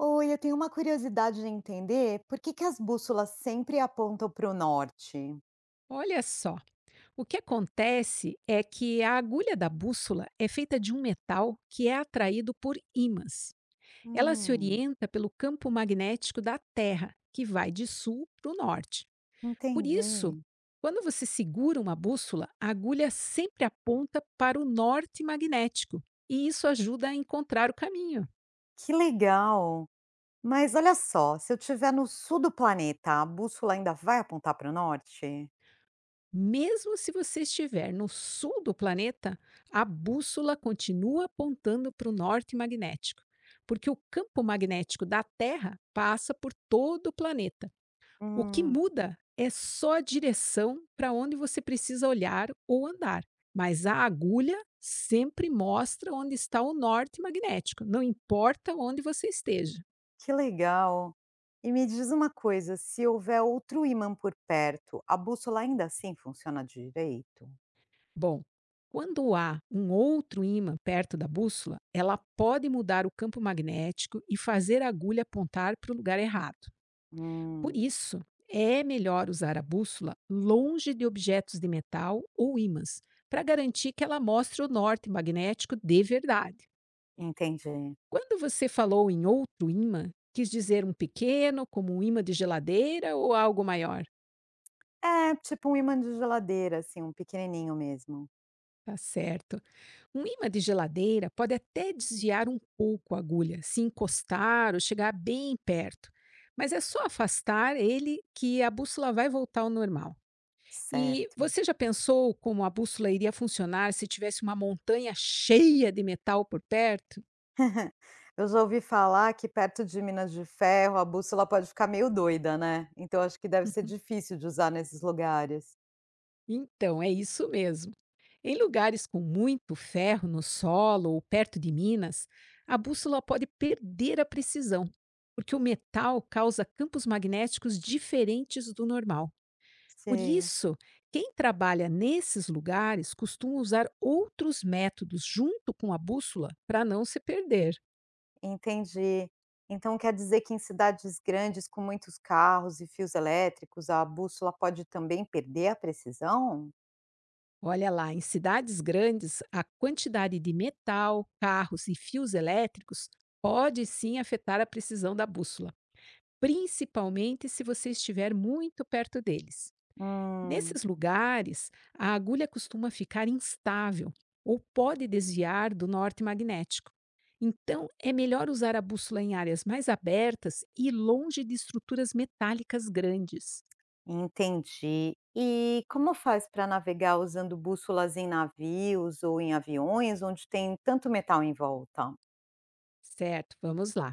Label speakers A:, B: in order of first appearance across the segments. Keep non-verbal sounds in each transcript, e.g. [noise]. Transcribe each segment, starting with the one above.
A: Oi, eu tenho uma curiosidade de entender por que que as bússolas sempre apontam para o norte.
B: Olha só. O que acontece é que a agulha da bússola é feita de um metal que é atraído por ímãs. Ela se
A: Hum,
B: orienta pelo campo magnético da Terra, que vai de sul para o norte. Por isso,
A: entendi.
B: quando você segura uma bússola, a agulha sempre aponta para o norte magnético, e isso ajuda a encontrar o caminho.
A: Que legal. Mas olha só, se eu estiver no sul do planeta, a bússola ainda vai apontar para o norte?
B: Mesmo se você estiver no sul do planeta, a bússola continua apontando para o norte magnético, porque o campo magnético da Terra passa por todo o planeta. O que
A: Hum,
B: muda é só a direção para onde você precisa olhar ou andar, mas a agulha sempre mostra onde está o norte magnético, não importa onde você esteja.
A: que legal. E me diz uma coisa, se houver outro ímã por perto, a bússola ainda assim funciona direito?
B: Bom, quando há um outro ímã perto da bússola, ela pode mudar o campo magnético e fazer a agulha apontar para o lugar errado. Por
A: Hum,
B: isso, é melhor usar a bússola longe de objetos de metal ou ímãs, para garantir que ela mostre o norte magnético de verdade.
A: entendi.
B: Quando você falou em outro ímã, quis dizer um pequeno, como um ímã de geladeira ou algo maior?
A: É, tipo um ímã de geladeira, assim, um pequenininho mesmo.
B: Tá certo. Um imã de geladeira pode até desviar um pouco a agulha, se encostar ou chegar bem perto, mas é só afastar ele que a bússola vai voltar ao normal. E
A: Certo.
B: você já pensou como a bússola iria funcionar se tivesse uma montanha cheia de metal por perto?
A: Eu já ouvi falar que perto de minas de ferro a bússola pode ficar meio doida, né, então acho que deve ser
B: [laughs]
A: difícil de usar nesses lugares.
B: Então, é isso mesmo. Em lugares com muito ferro no solo ou perto de minas, a bússola pode perder a precisão, porque o metal causa campos magnéticos diferentes do normal. Por
A: Sim,
B: isso, quem trabalha nesses lugares costuma usar outros métodos junto com a bússola para não se perder.
A: entendi. Então quer dizer que em cidades grandes com muitos carros e fios elétricos, a bússola pode também perder a precisão?
B: Olha lá, em cidades grandes, a quantidade de metal, carros e fios elétricos pode sim afetar a precisão da bússola, principalmente se você estiver muito perto deles.
A: Hum,
B: Nesses lugares, a agulha costuma ficar instável ou pode desviar do norte magnético. Então, é melhor usar a bússola em áreas mais abertas e longe de estruturas metálicas grandes.
A: entendi. E como faz para navegar usando bússolas em navios ou em aviões onde tem tanto metal em volta?
B: Certo, vamos lá.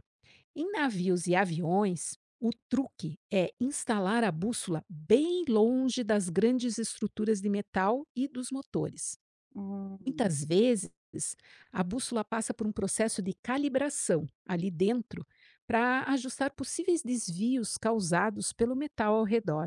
B: Em navios e aviões, o truque é instalar a bússola bem longe das grandes estruturas de metal e dos motores.
A: Hum,
B: Muitas vezes, a bússola passa por um processo de calibração ali dentro para ajustar possíveis desvios causados pelo metal ao redor.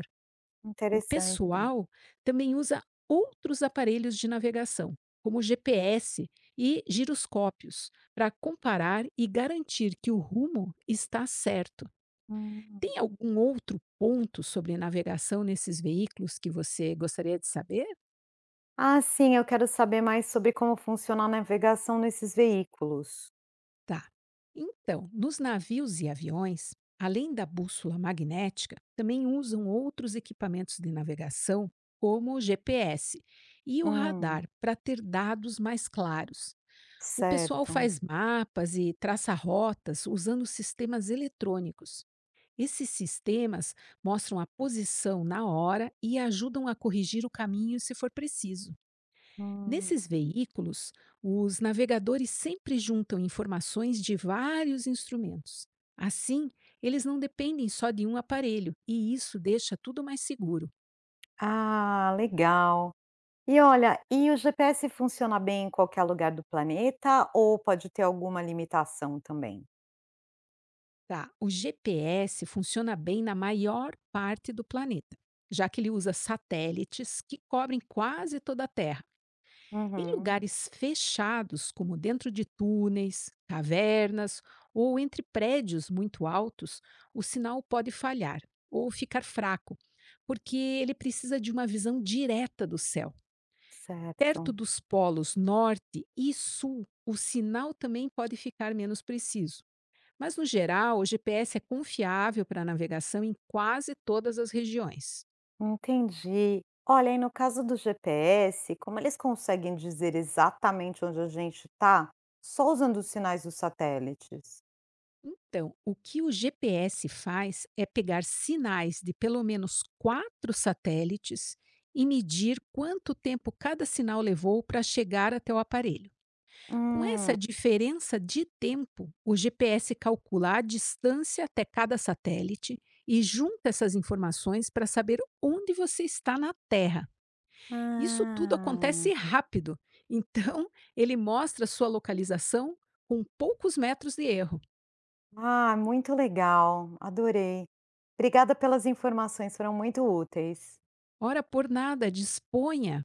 B: O
A: interessante.
B: pessoal também usa outros aparelhos de navegação, como GPS e giroscópios, para comparar e garantir que o rumo está certo.
A: Hum.
B: Tem algum outro ponto sobre navegação nesses veículos que você gostaria de saber?
A: Ah, sim, eu quero saber mais sobre como funciona a navegação nesses veículos.
B: Tá. Então, nos navios e aviões, além da bússola magnética, também usam outros equipamentos de navegação, como o GPS e o
A: Hum,
B: radar, para ter dados mais claros. O pessoal
A: certo.
B: faz mapas e traça rotas usando sistemas eletrônicos. Esses sistemas mostram a posição na hora e ajudam a corrigir o caminho se for preciso.
A: Hum.
B: Nesses veículos, os navegadores sempre juntam informações de vários instrumentos. Assim, eles não dependem só de um aparelho e isso deixa tudo mais seguro.
A: Ah, legal. E olha, e o GPS funciona bem em qualquer lugar do planeta ou pode ter alguma limitação também?
B: Tá, o GPS funciona bem na maior parte do planeta, já que ele usa satélites que cobrem quase toda a Terra. Em
A: Uhum,
B: lugares fechados, como dentro de túneis, cavernas ou entre prédios muito altos, o sinal pode falhar ou ficar fraco, porque ele precisa de uma visão direta do céu. Perto
A: certo.
B: dos polos norte e sul, o sinal também pode ficar menos preciso. Mas, no geral, o GPS é confiável para navegação em quase todas as regiões.
A: Entendi. Olha, e no caso do GPS, como eles conseguem dizer exatamente onde a gente está? Só usando os sinais dos satélites.
B: Então, o que o GPS faz é pegar sinais de pelo menos quatro satélites e medir quanto tempo cada sinal levou para chegar até o aparelho. Com
A: Hum,
B: essa diferença de tempo, o GPS calcula a distância até cada satélite e junta essas informações para saber onde você está na Terra. Isso tudo
A: ah.
B: acontece rápido, então [laughs] ele mostra sua localização com poucos metros de erro.
A: Ah, muito legal, adorei. Obrigada pelas informações, foram muito úteis.
B: Ora por nada, disponha.